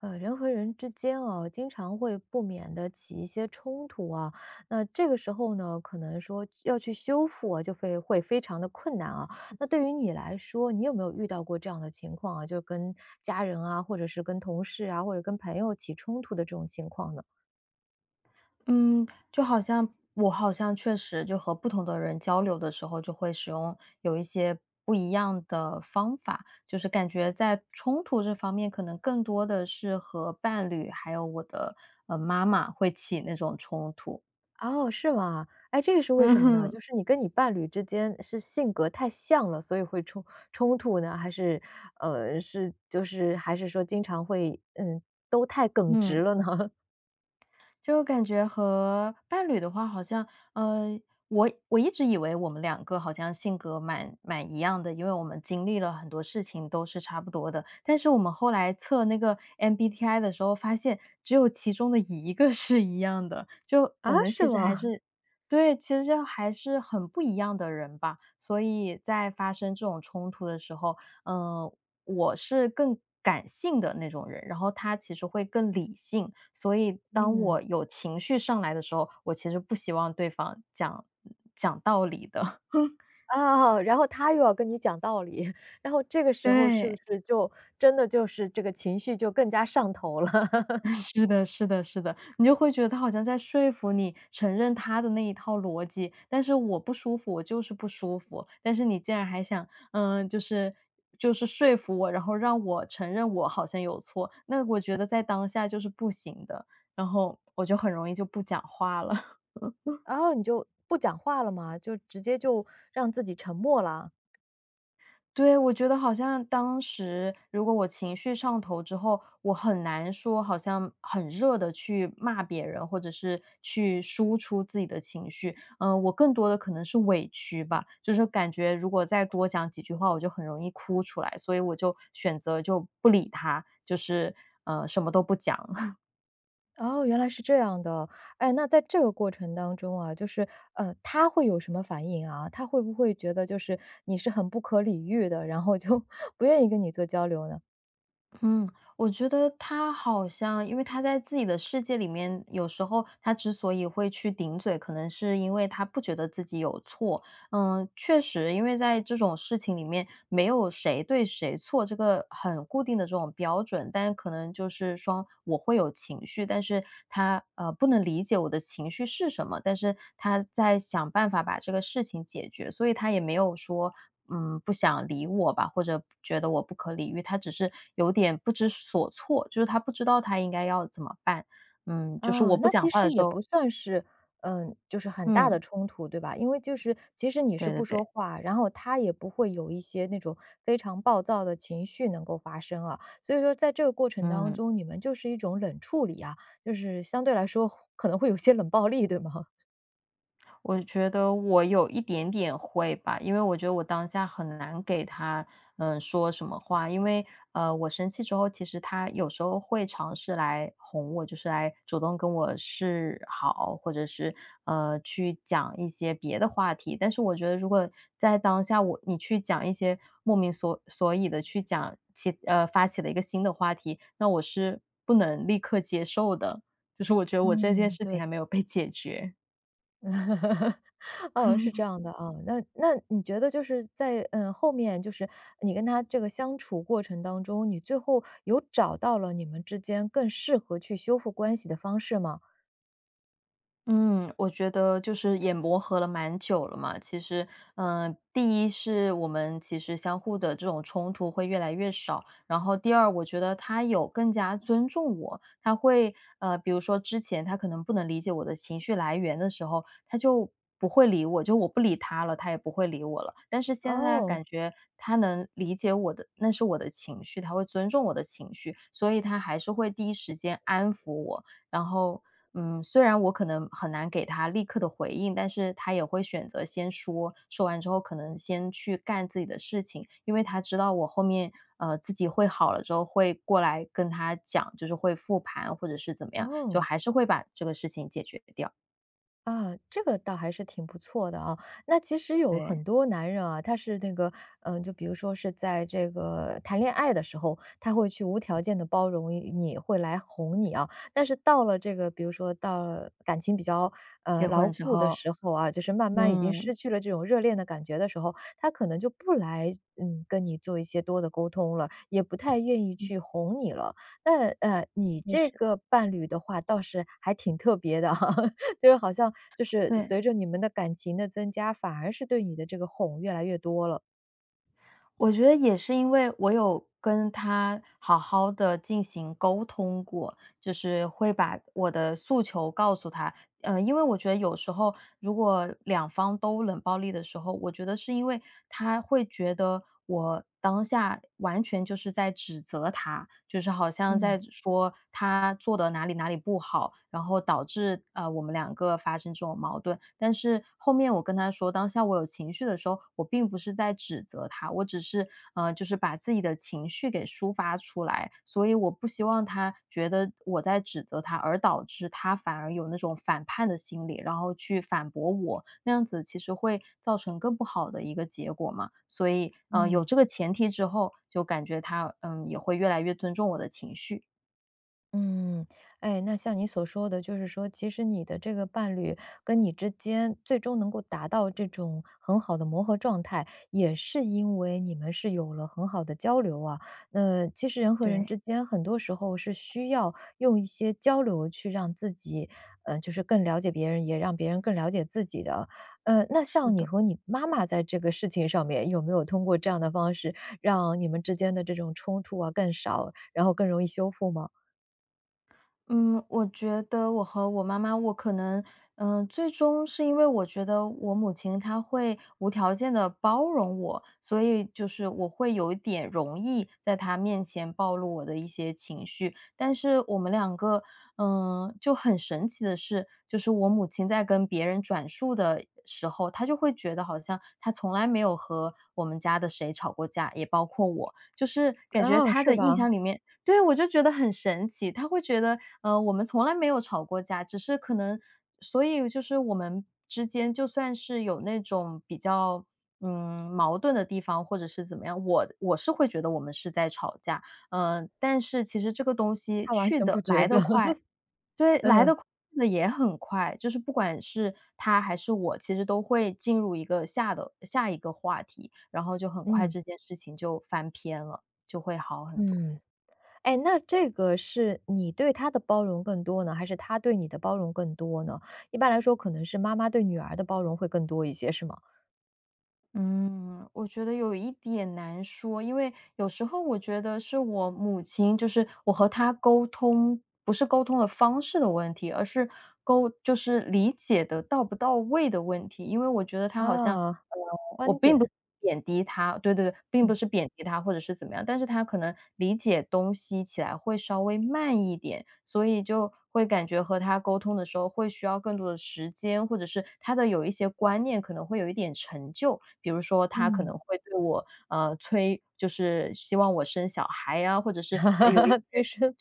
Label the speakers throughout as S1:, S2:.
S1: 人和人之间经常会不免的起一些冲突啊。那这个时候呢，可能说要去修复啊，就会非常的困难啊。那对于你来说，你有没有遇到过这样的情况啊？就是跟家人啊，或者是跟同事啊，或者跟朋友起冲突的这种情况呢？
S2: 嗯，就好像我确实就和不同的人交流的时候，就会使用有一些不一样的方法，就是感觉在冲突这方面，可能更多的是和伴侣还有我的妈妈会起那种冲突。
S1: 哦，是吗？哎，这个是 为
S2: 嗯
S1: 什么呢？
S2: 哼。
S1: 就是你跟你伴侣之间是性格太像了，所以会冲突呢？还是，还是说经常会，都太耿直
S2: 嗯。
S1: 了呢？
S2: 就感觉和伴侣的话，好像呃，我一直以为我们两个好像性格蛮一样的，因为我们经历了很多事情都是差不多的。但是我们后来测那个 MBTI 的时候，发现只有其中的一个是一样的，就
S1: 啊，
S2: 我们
S1: 是
S2: 其实还
S1: 吗？
S2: 是对，其实就还是很不一样的人吧。所以在发生这种冲突的时候，嗯、我是更感性的那种人，然后他其实会更理性，所以当
S1: 嗯。
S2: 我有情绪上来的时候，我其实不希望对方讲道理的，
S1: 啊，然后他又要跟你讲道理，然后这个时候是不
S2: 对。
S1: 是就真的就是这个情绪就更加上头了？
S2: 是的，是的，是的，你就会觉得他好像在说服你承认他的那一套逻辑，但是我不舒服，我就是不舒服。但是你竟然还想，就是说服我，然后让我承认我好像有错，那我觉得在当下就是不行的，然后我就很容易就不讲话了。
S1: 然后你就不讲话了嘛，就直接就让自己沉默了。
S2: 对，我觉得好像当时如果我情绪上头之后，我很难说好像很热的去骂别人，或者是去输出自己的情绪。嗯，我更多的可能是委屈吧，就是感觉如果再多讲几句话，我就很容易哭出来，所以我就选择就不理他，什么都不讲。
S1: 哦，原来是这样的。哎，那在这个过程当中啊，他会有什么反应啊？他会不会觉得就是你是很不可理喻的，然后就 不愿意跟你做交流呢？
S2: 嗯，我觉得他好像，因为他在自己的世界里面，有时候他之所以会去顶嘴，可能是因为他不觉得自己有错，嗯，确实，因为在这种事情里面，没有谁对谁错这个很固定的这种标准，但可能就是说我会有情绪，但是他不能理解我的情绪是什么，但是他在想办法把这个事情解决，所以他也没有说不想理我吧，或者觉得我不可理喻，他只是有点不知所措，就是他不知道他应该要怎么办。嗯，就是
S1: 啊，
S2: 我不
S1: 那
S2: 讲
S1: 其
S2: 话
S1: 实
S2: 的时
S1: 也不
S2: 候，
S1: 算是，嗯，就是很大
S2: 嗯，
S1: 的冲突，对吧？因为就是其实你是
S2: 对对
S1: 不说
S2: 对，
S1: 话，然后他也不会有一些那种非常暴躁的情绪能够发生啊。所以说在这个过程当
S2: 嗯。
S1: 中，你们就是一种冷处理啊，就是相对来说可能会有些冷暴力，对吗？
S2: 我觉得我有一点点会吧，因为我觉得我当下很难给他，说什么话。我生气之后，其实他有时候会尝试来哄我，就是来主动跟我示好，或者是去讲一些别的话题。但是我觉得，如果在当下你去讲一些莫名所以的去发起了一个新的话题，那我是不能立刻接受的。就是我觉得我这件
S1: 嗯，
S2: 事情
S1: 对。
S2: 还没有被解决。
S1: 哦，是这 样的啊。那你觉得就是在后面，就是你跟他这个相处过程当中，你最后有找到了你们之间更适合去修复关系的方式吗？
S2: 嗯，我觉得就是也磨合了蛮久了嘛。其实，第一是我们其实相互的这种冲突会越来越少，然后第二，我觉得他有更加尊重我，他会比如说之前他可能不能理解我的情绪来源的时候，他就不会理我，就我不理他了，他也不会理我了。但是现在
S1: 哦
S2: 感觉他能理解我的，那是我的情绪，他会尊重我的情绪，所以他还是会第一时间安抚我，然后，嗯，虽然我可能很难给他立刻的回应，但是他也会选择先说，说完之后可能先去干自己的事情，因为他知道我后面，自己会好了之后会过来跟他讲，就是会复盘或者是怎么样，
S1: 哦，
S2: 就还是会把这个事情解决掉。
S1: 啊，这个倒还是挺不错的啊。那其实有很
S2: 对，
S1: 多男人啊，他是那个，嗯，就比如说是在这个谈恋爱的时候，他会去无条件的包容你，会来哄你啊。但是到了这个，比如说到了感情比较，呃，
S2: 结
S1: 牢
S2: 婚之
S1: 固的
S2: 后，
S1: 时候啊，就是慢慢已经
S2: 嗯，
S1: 失去了这种热恋的感觉的时候，他可能就不来，嗯，跟你做一些多的沟通了，也不太愿意
S2: 嗯，
S1: 去哄你了。那，你
S2: 确
S1: 这
S2: 实，
S1: 个伴侣的话倒是还挺特别的哈。就是好像就是
S2: 对。
S1: 随着你们的感情的增加，反而是对你的这个哄越来越多了。
S2: 我觉得也是因为我有跟他好好的进行沟通过，就是会把我的诉求告诉他。因为我觉得有时候如果两方都冷暴力的时候，我觉得是因为他会觉得我当下完全就是在指责他，就是好像
S1: 嗯。
S2: 在说他做的哪里哪里不好，然后导致，我们两个发生这种矛盾。但是后面我跟他说，当下我有情绪的时候，我并不是在指责他，我只是就是把自己的情绪给抒发出来，所以我不希望他觉得我在指责他，而导致他反而有那种反叛的心理，然后去反驳我，那样子其实会造成更不好的一个结果嘛。所以，有
S1: 嗯。
S2: 这个前提之后，就感觉他也会越来越尊重我的情绪，
S1: 嗯，哎，那像你所说的，就是说，其实你的这个伴侣跟你之间最终能够达到这种很好的磨合状态，也是因为你们是有了很好的交流啊。那其实人和人之
S2: 对。
S1: 间很多时候是需要用一些交流去让自己，就是更了解别人，也让别人更了解自己的。呃，那
S2: 是
S1: 像你
S2: 的。
S1: 和你妈妈在这个事情上面，有没有通过这样的方式，让你们之间的这种冲突啊更少，然后更容易修复吗？
S2: 嗯，我觉得我和我妈妈，我可能，最终是因为我觉得我母亲她会无条件的包容我，所以就是我会有一点容易在她面前暴露我的一些情绪。但是我们两个，就很神奇的是，就是我母亲在跟别人转述的时候，她就会觉得好像她从来没有和我们家的谁吵过架，也包括我，就是感觉
S1: 哦，
S2: 她
S1: 是
S2: 的印
S1: 吧？
S2: 象里面。对，我就觉得很神奇，她会觉得我们从来没有吵过架，只是可能所以就是我们之间就算是有那种比较，嗯，矛盾的地方或者是怎么样，我是会觉得我们是在吵架。但是其实这个东西
S1: 他完
S2: 去
S1: 全不
S2: 的
S1: 觉
S2: 来
S1: 得，
S2: 的快，对，来的
S1: 嗯，
S2: 快的也很快，就是不管是他还是我，其实都会进入一个下的下一个话题，然后就很快
S1: 嗯，
S2: 这件事情就翻篇了，就会好很多。
S1: 嗯。哎，那这个是你对他的包容更多呢，还是他对你的包容更多呢？一般来说可能是妈妈对女儿的包容会更多一些，是吗？
S2: 嗯，我觉得有一点难说，因为有时候我觉得是我母亲，就是我和她沟通，不是沟通的方式的问题，而是就是理解的到不到位的问题。因为我觉得她好像，
S1: 啊，
S2: 我
S1: 观
S2: 并不
S1: 点，
S2: 贬低他，对对对，并
S1: 嗯，
S2: 不是贬低他或者是怎么样，但是他可能理解东西起来会稍微慢一点，所以就会感觉和他沟通的时候会需要更多的时间，或者是他的有一些观念可能会有一点陈旧，比如说他可
S1: 嗯，
S2: 能会对我，就是希望我生小孩啊，或者 是
S1: 哈哈
S2: 对有一些
S1: 哈，最深，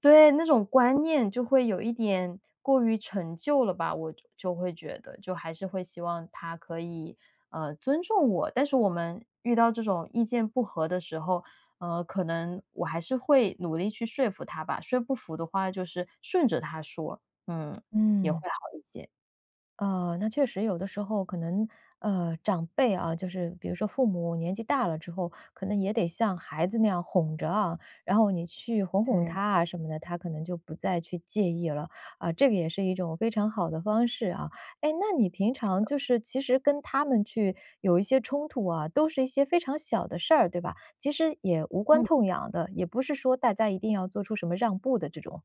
S2: 对，那种观念就会有一点过于陈旧了吧，我就会觉得，就还是会希望他可以，尊重我。但是我们遇到这种意见不合的时候，可能我还是会努力去说服他吧，说不服的话就是顺着他说，嗯，也会
S1: 嗯。
S2: 好一些，
S1: 呃，那确实有的时候可能，呃，长辈啊，就是比如说父母年纪大了之后，可能也得像孩子那样哄着啊，然后你去哄哄
S2: 对，
S1: 他啊什么的，他可能就不再去介意了啊，这个也是一种非常好的方式啊。哎，那你平常就是其实跟他们去有一些冲突啊，都是一些非常小的事儿，对吧？其实也无关
S2: 嗯。
S1: 痛痒的，也不是说大家一定要做出什么让步的这种。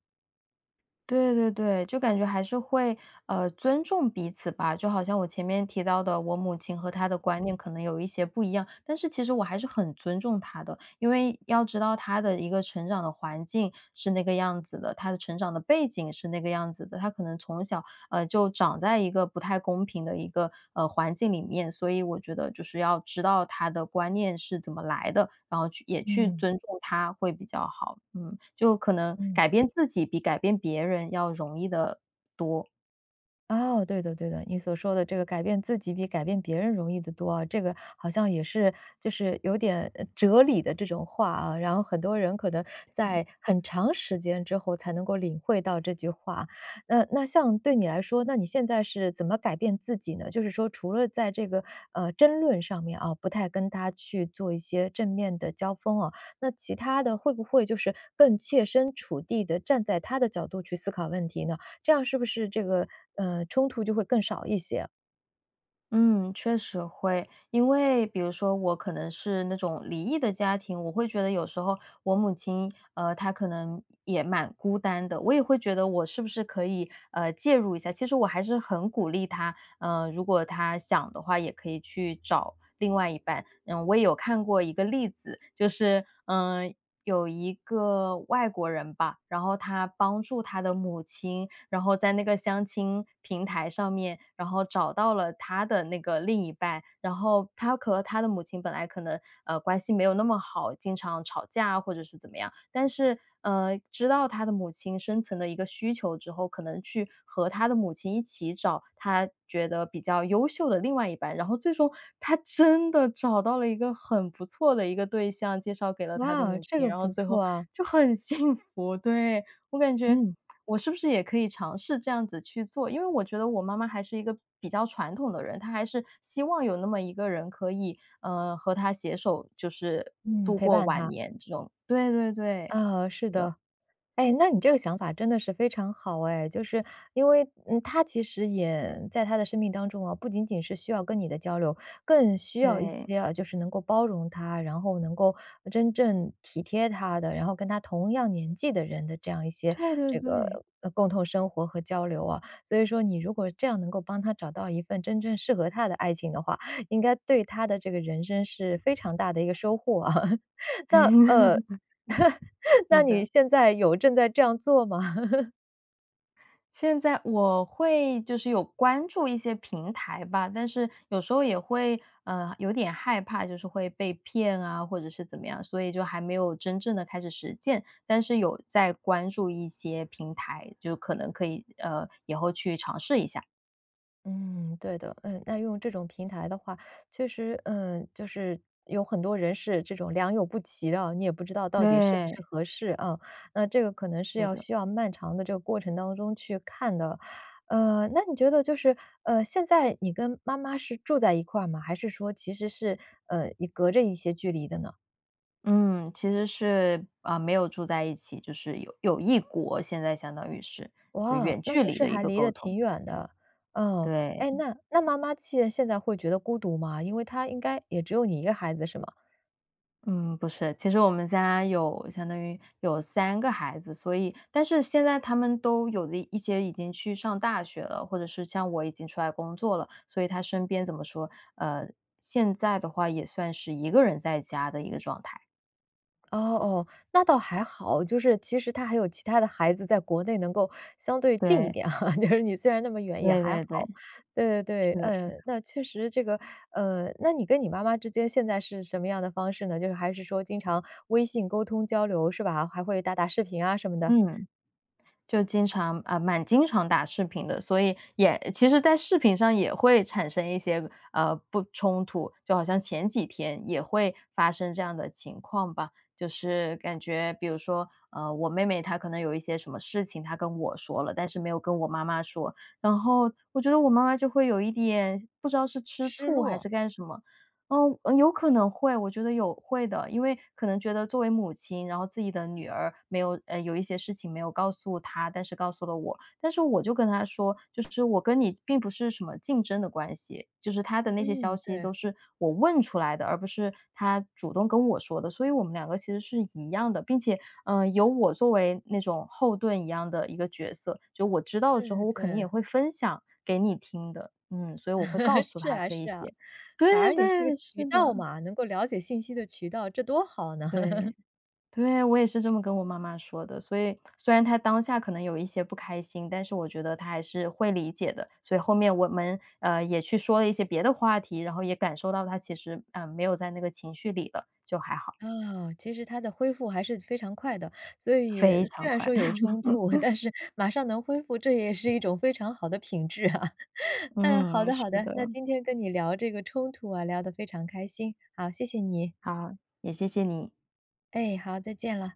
S2: 对对对，就感觉还是会，尊重彼此吧。就好像我前面提到的，我母亲和她的观念可能有一些不一样，但是其实我还是很尊重她的，因为要知道她的一个成长的环境是那个样子的，她的成长的背景是那个样子的，她可能从小就长在一个不太公平的一个，环境里面，所以我觉得就是要知道他的观念是怎么来的，然后去也去
S1: 嗯
S2: 尊重他会比较好。嗯，就可能
S1: 嗯。
S2: 改变自己比改变别人要容易的多。
S1: 哦，对的对的，你所说的这个改变自己比改变别人容易得多啊，这个好像也是就是有点哲理的这种话啊，然后很多人可能在很长时间之后才能够领会到这句话。那像对你来说，那你现在是怎么改变自己呢？就是说除了在这个争论上面啊，不太跟他去做一些正面的交锋啊，那其他的会不会就是更切身处地的站在他的角度去思考问题呢？这样是不是这个，呃，冲突就会更少一些？
S2: 嗯，确实会。因为比如说我可能是那种离异的家庭，我会觉得有时候我母亲，她可能也蛮孤单的，我也会觉得我是不是可以，介入一下，其实我还是很鼓励她，嗯，如果他想的话，也可以去找另外一半。嗯，我也有看过一个例子，就是有一个外国人吧，然后他帮助他的母亲，然后在那个相亲平台上面，然后找到了他的那个另一半，然后他和他的母亲本来可能关系没有那么好，经常吵架啊或者是怎么样，但是知道他的母亲深层的一个需求之后，可能去和他的母亲一起找他觉得比较优秀的另外一半，然后最终他真的找到了一个很不错的一个对象，介绍给了他的
S1: 哇，
S2: 母
S1: 这
S2: 亲，
S1: 个
S2: 然
S1: 不
S2: 后最
S1: 错
S2: 后
S1: 啊，
S2: 就很 幸福。对，我感觉
S1: 嗯，
S2: 我是不是也可以尝试这样子去做？因为我觉得我妈妈还是一个比较传统的人，她还是希望有那么一个人可以，和她携手，就是
S1: 嗯，
S2: 度
S1: 陪
S2: 过
S1: 伴
S2: 晚
S1: 他，
S2: 年这种。对对对。
S1: 啊，
S2: 是
S1: 是
S2: 的，
S1: 的。哎，那你这个想法真的是非常好哎，就是因为，嗯，他其实也在他的生命当中啊，不仅仅是需要跟你的交流，更需要一
S2: 对，
S1: 些啊，就是能够包容他，然后能够真正体贴他的，然后跟他同样年纪的人的这样一些
S2: 对对
S1: 这个
S2: 对。
S1: 共同生活和交流啊。所以说，你如果这样能够帮他找到一份真正适合他的爱情的话，应该对他的这个人生是非常大的一个收获啊。那那
S2: 是
S1: 你
S2: 的，
S1: 现在有正在这样做吗？
S2: 现在我会就是有关注一些平台吧，但是有时候也会，有点害怕，就是会被骗啊，或者是怎么样，所以就还没有真正的开始实践，但是有在关注一些平台，就可能可以，以后去尝试一下。
S1: 嗯，对的，嗯，那用这种平台的话，确实，嗯，就是有很多人是这种良莠不齐的，你也不知道到底是不
S2: 对，
S1: 是合适啊。那这个可能是
S2: 对
S1: 要
S2: 的，
S1: 需要漫长的这个过程当中去看的。呃，那你觉得就是，呃，现在你跟妈妈是住在一块儿吗？还是说其实是，呃，你隔着一些距离的呢？
S2: 嗯，其实是啊，没有住在一起，就是有异国，现在相当于是，
S1: 哇，
S2: 远
S1: 那
S2: 距
S1: 其
S2: 离
S1: 实
S2: 的一
S1: 还
S2: 个
S1: 离得
S2: 沟
S1: 挺
S2: 通。
S1: 远的。哦，
S2: 对，
S1: 哎，那那妈妈现在会觉得孤独吗？因为她应该也只有你一个孩子是吗？
S2: 嗯，不是，其实我们家有相当于有三个孩子，所以但是现在他们都有的一些已经去上大学了，或者是像我已经出来工作了，所以他身边怎么说，呃，现在的话也算是一个人在家的一个状态。
S1: 哦哦，那倒还好，就是其实她还有其他的孩子在国内能够相对近一
S2: 对，
S1: 点哈，就是你虽然那么远也
S2: 对
S1: 还
S2: 对对，
S1: 好。对对对，
S2: 是的是
S1: 嗯，
S2: 的，
S1: 那确实这个那你跟你妈妈之间现在是什么样的方式呢？就是还是说经常微信沟通交流是吧？还会打打视频啊什么的？
S2: 嗯。就经常啊，蛮经常打视频的，所以也其实在视频上也会产生一些，不冲突，就好像前几天也会发生这样的情况吧。就是感觉比如说，我妹妹她可能有一些什么事情，她跟我说了，但是没有跟我妈妈说，然后我觉得我妈妈就会有一点不知道是吃
S1: 失
S2: 醋还
S1: 落。
S2: 是干什么，嗯，有可能会，我觉得有会的。因为可能觉得作为母亲，然后自己的女儿没有有一些事情没有告诉她，但是告诉了我。但是我就跟她说，就是我跟你并不是什么竞争的关系，就是她的那些消
S1: 嗯，
S2: 息
S1: 对，
S2: 都是我问出来的，而不是她主动跟我说的。所以我们两个其实是一样的，并且，嗯，有我作为那种后盾一样的一个角色，就我知道了
S1: 对
S2: 之
S1: 对
S2: 后，我肯定也
S1: 对。
S2: 会分享给你听的。嗯，所以我会告 诉
S1: 是
S2: 她
S1: 啊
S2: 这一
S1: 是啊，
S2: 些。
S1: 反而
S2: 对
S1: 你是个
S2: 对，
S1: 渠
S2: 是
S1: 道
S2: 的，
S1: 嘛，能够了解信息的渠道，这多好呢！
S2: 对，对，我也是这么跟我妈妈说的，所以虽然她当下可能有一些不开心，但是我觉得她还是会理解的。所以后面我们，也去说了一些别的话题，然后也感受到她其实，没有在那个情绪里了，就还好，
S1: 啊，其实它的恢复还是非常快的，所以
S2: 非常
S1: 虽然
S2: 快。
S1: 说有 冲突，但是马上能恢复，这也是一种非常好的品质啊。嗯，好
S2: 嗯，
S1: 的
S2: 是
S1: 好的，
S2: 的，
S1: 那今天跟你聊这个冲突啊，聊得非常开心，好，谢谢你。
S2: 好，也谢谢你。
S1: 哎，好，再见了。